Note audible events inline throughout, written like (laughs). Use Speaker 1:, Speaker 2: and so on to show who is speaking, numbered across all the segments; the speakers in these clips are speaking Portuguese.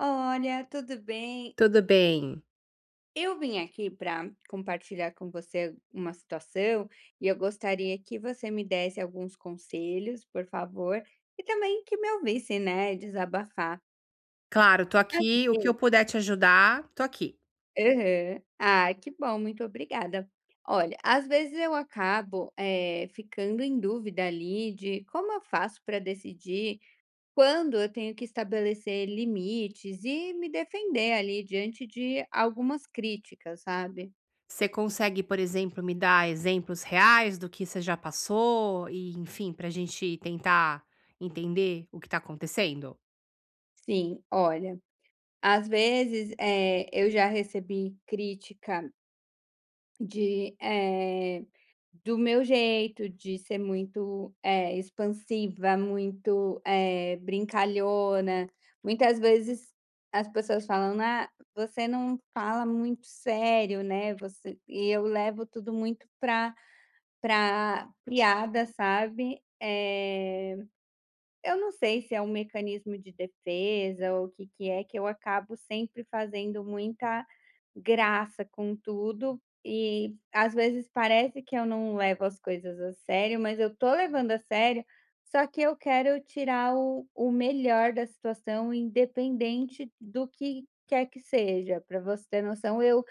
Speaker 1: Olha, tudo bem?
Speaker 2: Tudo bem.
Speaker 1: Eu vim aqui para compartilhar com você uma situação e eu gostaria que você me desse alguns conselhos, por favor, e também que me ouvisse, né, desabafar.
Speaker 2: Claro, tô
Speaker 1: Às
Speaker 2: aqui, o que eu
Speaker 1: vezes-
Speaker 2: puder te ajudar, tô aqui.
Speaker 1: Aham. Ah, que bom, muito obrigada. Olha, às vezes eu acabo ficando em dúvida ali de como eu faço para decidir quando eu tenho que estabelecer limites e me defender ali diante de algumas críticas, sabe?
Speaker 2: Você consegue, por exemplo, me dar exemplos reais do que você já passou e, enfim, pra gente tentar entender o que tá acontecendo?
Speaker 1: Sim, olha, às vezes, eu já recebi crítica de, eh, do meu jeito de ser muito, expansiva, muito, brincalhona. Muitas vezes as pessoas falam: "Ah, você não fala muito sério, né, você", e eu levo tudo muito pra piada, sabe? Eu não sei se é um mecanismo de defesa ou o que que é, que eu acabo sempre fazendo muita graça com tudo e às vezes parece que eu não levo as coisas a sério, mas eu tô levando a sério, só que eu quero tirar o melhor da situação, independente do que quer que seja. Para você ter noção, eu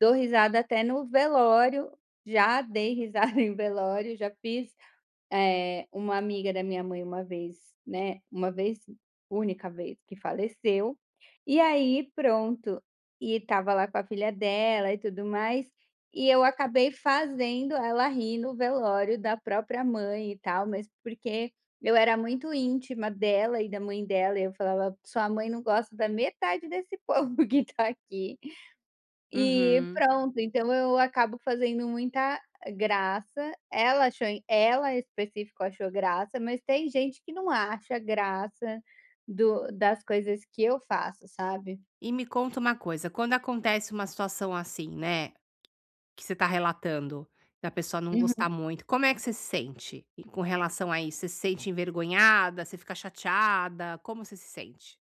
Speaker 1: dou risada até no velório, já dei risada (laughs) em velório, já fiz uma amiga da minha mãe uma vez, né, uma vez, única vez que faleceu, e aí pronto, e tava lá com a filha dela e tudo mais, e eu acabei fazendo ela rir no velório da própria mãe e tal, mas porque eu era muito íntima dela e da mãe dela, e eu falava: "Sua mãe não gosta da metade desse (laughs) povo que tá aqui". E
Speaker 2: Uhum.
Speaker 1: pronto, então eu acabo fazendo muita graça. Ela achou ela em específico achou graça, mas tem gente que não acha graça do das coisas que eu faço, sabe.
Speaker 2: E me conta uma coisa, quando acontece uma situação assim, né, que você tá relatando, da pessoa não gostar
Speaker 1: Uhum.
Speaker 2: muito, como é que você se sente e com relação a isso? Você se sente envergonhada? Você fica chateada? Como você se sente?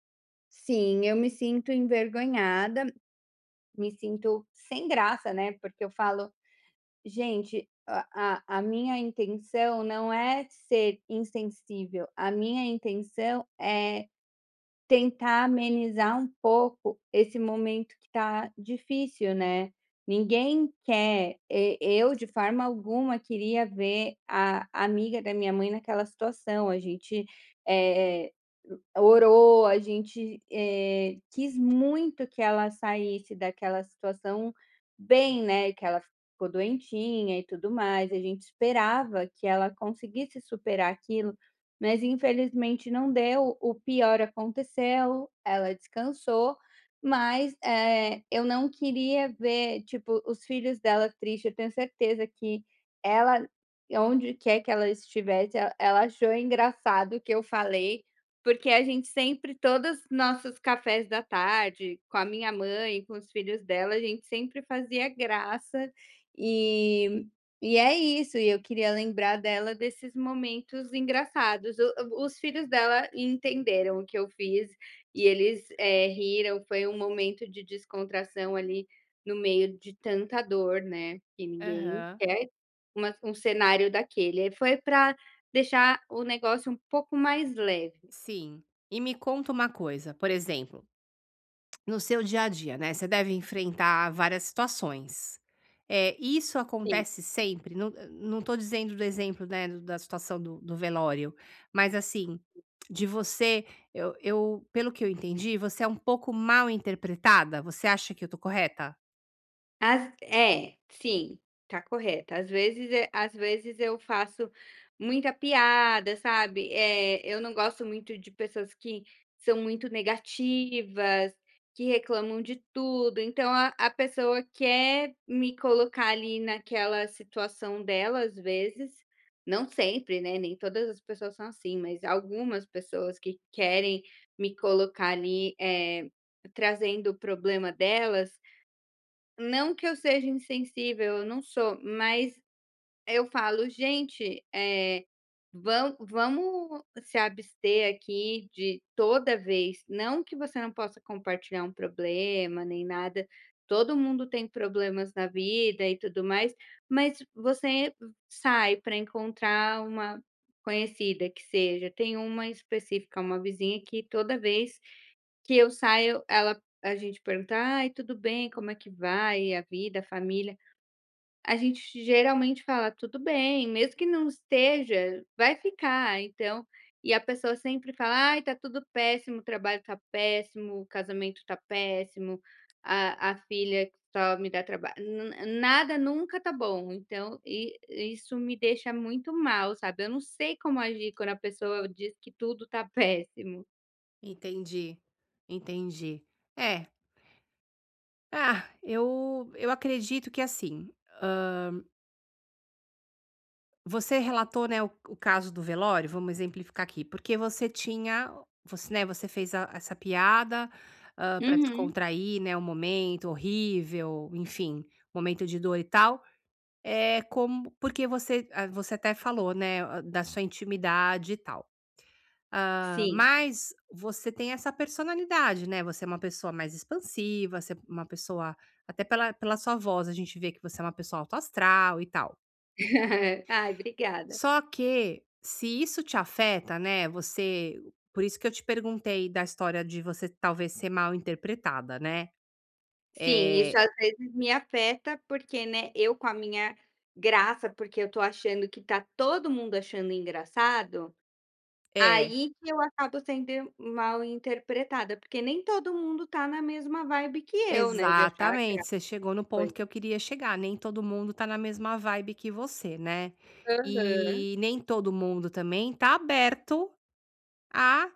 Speaker 1: Sim, eu me sinto envergonhada, me sinto sem graça, né, porque eu falo: "Gente, a minha intenção não é ser insensível, a minha intenção é tentar amenizar um pouco esse momento que tá difícil, né. Ninguém quer, e eu de forma alguma queria ver a amiga da minha mãe naquela situação, a gente, eh, orou, a gente, quis muito que ela saísse daquela situação bem, né, que ela ficou doentinha e tudo mais, a gente esperava que ela conseguisse superar aquilo. Mas infelizmente não deu, o pior aconteceu, ela descansou, mas, eu não queria ver, tipo, os filhos dela triste, eu tenho certeza que ela, onde quer que ela estivesse, e ela achou engraçado o que eu falei, porque a gente sempre todos os nossos cafés da tarde, com a minha mãe, com os filhos dela, a gente sempre fazia graça, e e é isso, e eu queria lembrar dela desses momentos engraçados. O Os filhos dela entenderam o que eu fiz e eles, riram, foi um momento de descontração ali no meio de tanta dor, né, que ninguém
Speaker 2: Aham.
Speaker 1: quer uma um cenário daquele. Foi para deixar o negócio um pouco mais leve.
Speaker 2: Sim. E me conta uma coisa, por exemplo, no seu dia a dia, né, você deve enfrentar várias situações. É isso
Speaker 1: Sim.
Speaker 2: acontece sempre? Não não tô dizendo do exemplo, né, do da situação do velório, mas assim, de você eu pelo que eu entendi, você é um pouco mal interpretada? Você acha que eu tô correta?
Speaker 1: Às é, sim, tá correta. Às vezes e às vezes eu faço muita piada, sabe, eu não gosto muito de pessoas que são muito negativas, que reclamam de tudo, então a pessoa quer me colocar ali naquela situação dela, às vezes, não sempre, né, nem todas as pessoas são assim, mas algumas pessoas que querem me colocar ali, trazendo o problema delas, não que eu seja insensível, eu não sou, mas eu falo: "Gente, vamos se abster aqui de toda vez", não que você não possa compartilhar um problema nem nada, todo mundo tem problemas na vida e tudo mais, mas você sai para encontrar uma conhecida que seja, tem uma específica, uma vizinha que toda vez que eu saio, ela a gente pergunta: "Ai, tudo bem? Como é que vai a vida, a família?". A gente geralmente fala: "Tudo bem", mesmo que não esteja, vai ficar, então e a pessoa sempre fala: "Ai, tá tudo péssimo, o trabalho tá péssimo, o casamento tá péssimo, a filha só me dá trabalho, N nada nunca tá bom", então e isso me deixa muito mal, sabe. Eu não sei como agir quando a pessoa diz que tudo tá péssimo.
Speaker 2: Entendi, entendi. É. Ah, eu acredito que assim. Você relatou, né, o caso do velório, vamos exemplificar aqui, porque você tinha você, né, você fez a essa piada, para
Speaker 1: Uhum,
Speaker 2: descontrair, né, o momento horrível, enfim, momento de dor e tal. É como porque você ah, você até falou, né, ah, da sua intimidade e tal. Hã,
Speaker 1: sim.
Speaker 2: mas você tem essa personalidade, né, você é uma pessoa mais expansiva, você é uma pessoa até pela sua voz a gente vê que você é uma pessoa autoastral e tal.
Speaker 1: (laughs) Ai, obrigada.
Speaker 2: Só que, se isso te afeta, né, você por isso que eu te perguntei da história de você talvez ser mal interpretada, né.
Speaker 1: Sim, isso
Speaker 2: Eh
Speaker 1: às vezes me afeta, porque, né, eu com a minha graça, porque eu tô achando que tá todo mundo achando engraçado,
Speaker 2: é,
Speaker 1: aí que eu acabo sendo mal interpretada, porque nem todo mundo tá na mesma vibe que eu, né, de achar
Speaker 2: exatamente,
Speaker 1: graça
Speaker 2: você chegou no ponto
Speaker 1: coisa.
Speaker 2: que eu queria chegar, nem todo mundo tá na mesma vibe que você, né.
Speaker 1: Aham.
Speaker 2: E nem todo mundo também tá aberto a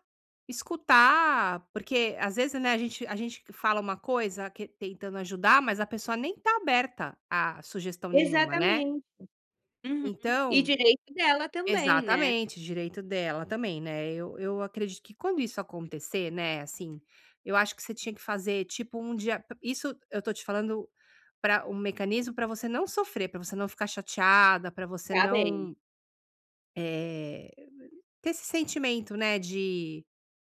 Speaker 2: escutar, porque às vezes, né, a gente fala uma coisa que tentando ajudar, mas a pessoa nem tá aberta a sugestão nenhuma, né.
Speaker 1: Exatamente. Uhum. E
Speaker 2: Então.
Speaker 1: direito dela também, né.
Speaker 2: Exatamente, direito dela também, né. Eu acredito que quando isso acontecer, né, assim, eu acho que você tinha que fazer tipo um dia isso eu tô te falando para um mecanismo para você não sofrer, para você não ficar chateada, para você
Speaker 1: Tá bem.
Speaker 2: não, eh, ter esse sentimento, né, de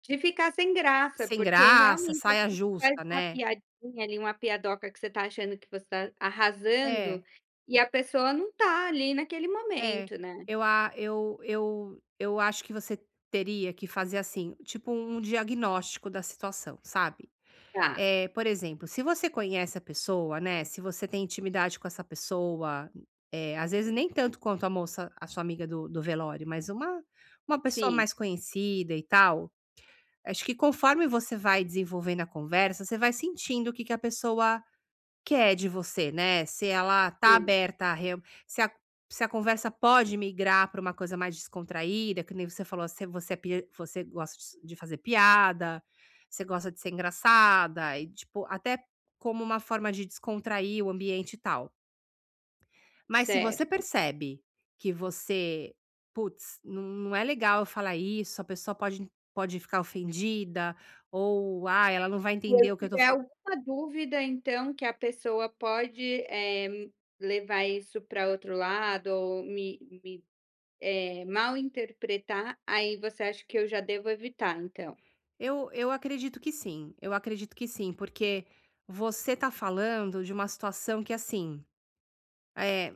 Speaker 1: De ficar sem graça,
Speaker 2: sem
Speaker 1: porque
Speaker 2: graça,
Speaker 1: realmente às
Speaker 2: saia
Speaker 1: vezes faz
Speaker 2: justa,
Speaker 1: uma
Speaker 2: né.
Speaker 1: piadinha ali, uma piadoca que você tá achando que você tá arrasando,
Speaker 2: É,
Speaker 1: e a pessoa não tá ali naquele
Speaker 2: é.
Speaker 1: momento, né.
Speaker 2: Eu a eu eu acho que você teria que fazer assim, tipo um diagnóstico da situação, sabe.
Speaker 1: Tá,
Speaker 2: Eh, por exemplo, se você conhece a pessoa, né, se você tem intimidade com essa pessoa, eh, às vezes nem tanto quanto a moça, a sua amiga do velório, mas uma pessoa
Speaker 1: sim,
Speaker 2: mais conhecida e tal, acho que conforme você vai desenvolvendo a conversa, você vai sentindo o que que a pessoa que é de você, né, se ela tá
Speaker 1: sim,
Speaker 2: aberta a re, se a se a conversa pode migrar para uma coisa mais descontraída, que nem você falou, se você é pi você gosta de fazer piada, você gosta de ser engraçada e, tipo, até como uma forma de descontrair o ambiente e tal. Mas se você
Speaker 1: certo.
Speaker 2: percebe que você: "Putz, não não é legal eu falar isso, a pessoa pode pode ficar ofendida", ou "Ah, ela não vai
Speaker 1: Se eu
Speaker 2: entender o que eu tô".
Speaker 1: tiver alguma dúvida então que a pessoa pode, levar isso pra outro lado ou me, mal interpretar, aí você acha que eu já devo evitar então?
Speaker 2: Eu acredito que sim, eu acredito que sim, porque você tá falando de uma situação que, assim, eh,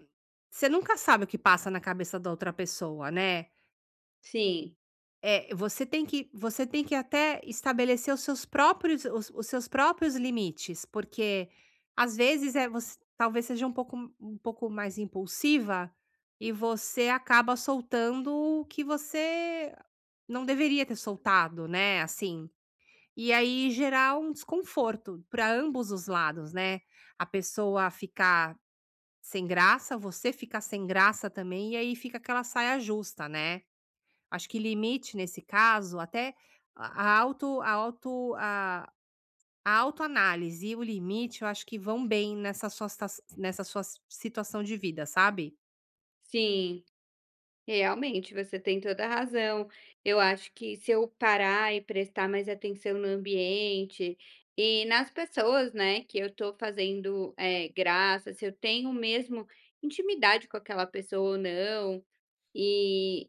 Speaker 2: você nunca sabe o que passa na cabeça da outra pessoa, né.
Speaker 1: Sim,
Speaker 2: Eh, você tem que até estabelecer os seus próprios os seus próprios limites, porque, às vezes, é você talvez seja um pouco mais impulsiva e você acaba soltando o que você não deveria ter soltado, né, assim. E aí gerar um desconforto para ambos os lados, né. A pessoa ficar sem graça, você ficar sem graça também, e aí fica aquela saia justa, né. Acho que limite nesse caso, até a a autoanálise e o limite, eu acho que vão bem nessa sua sita, nessa sua situação de vida, sabe.
Speaker 1: sim. Realmente, você tem toda a razão. Eu acho que se eu parar e prestar mais atenção no ambiente e nas pessoas, né, que eu estou fazendo, graça, se eu tenho mesmo intimidade com aquela pessoa ou não, e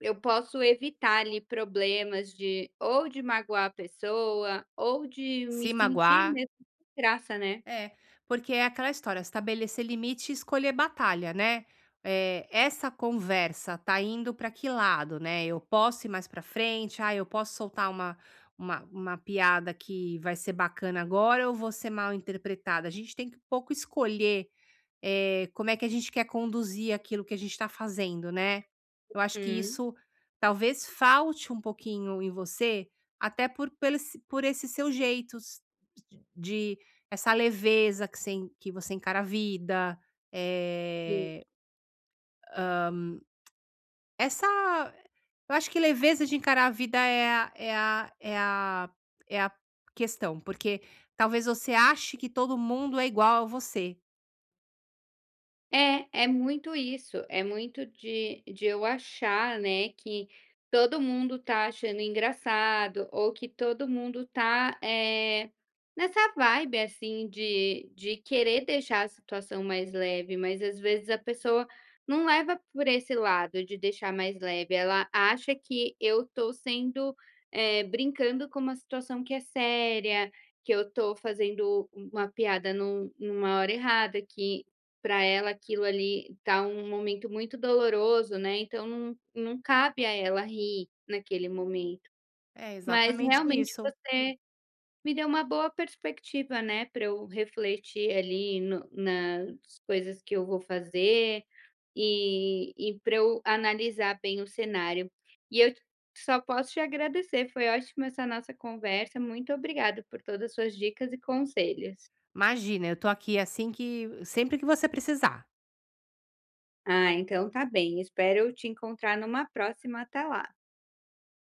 Speaker 1: eu posso evitar ali problemas de ou de magoar a pessoa ou de me
Speaker 2: Se
Speaker 1: sentir
Speaker 2: magoar.
Speaker 1: mesmo sem graça, né.
Speaker 2: É, porque é aquela história, estabelecer limite e escolher batalha, né. É essa conversa tá indo para que lado, né, eu posso ir mais para frente, ah, eu posso soltar uma piada que vai ser bacana agora ou vou ser mal interpretada? A gente tem que um pouco escolher como é que a gente quer conduzir aquilo que a gente está fazendo, né. Eu acho que
Speaker 1: Hum.
Speaker 2: isso talvez falte um pouquinho em você, até por pelo esse por esse seu jeito s de essa leveza que você en que você encara a vida,
Speaker 1: Sim.
Speaker 2: eh, hã, essa eu acho que leveza de encarar a vida é a questão, porque talvez você ache que todo mundo é igual a você.
Speaker 1: É, é muito isso, é muito de eu achar, né, que todo mundo tá achando engraçado ou que todo mundo tá, nessa vibe, assim, de querer deixar a situação mais leve, mas às vezes a pessoa não leva por esse lado de deixar mais leve, ela acha que eu tô sendo, brincando com uma situação que é séria, que eu tô fazendo uma piada numa hora errada, que para ela aquilo ali tá um momento muito doloroso, né, então não cabe a ela rir naquele momento.
Speaker 2: É,
Speaker 1: Mas É.
Speaker 2: exatamente
Speaker 1: Realmente
Speaker 2: isso.
Speaker 1: você me deu uma boa perspectiva, né, para eu refletir ali no nas coisas que eu vou fazer, e para eu analisar bem o cenário. E eu só posso te agradecer, foi ótima essa nossa conversa, muito obrigada por todas as suas dicas e conselhos.
Speaker 2: Imagina, eu tô aqui assim que sempre que você precisar.
Speaker 1: Ah, então tá bem, espero te encontrar numa próxima, até lá.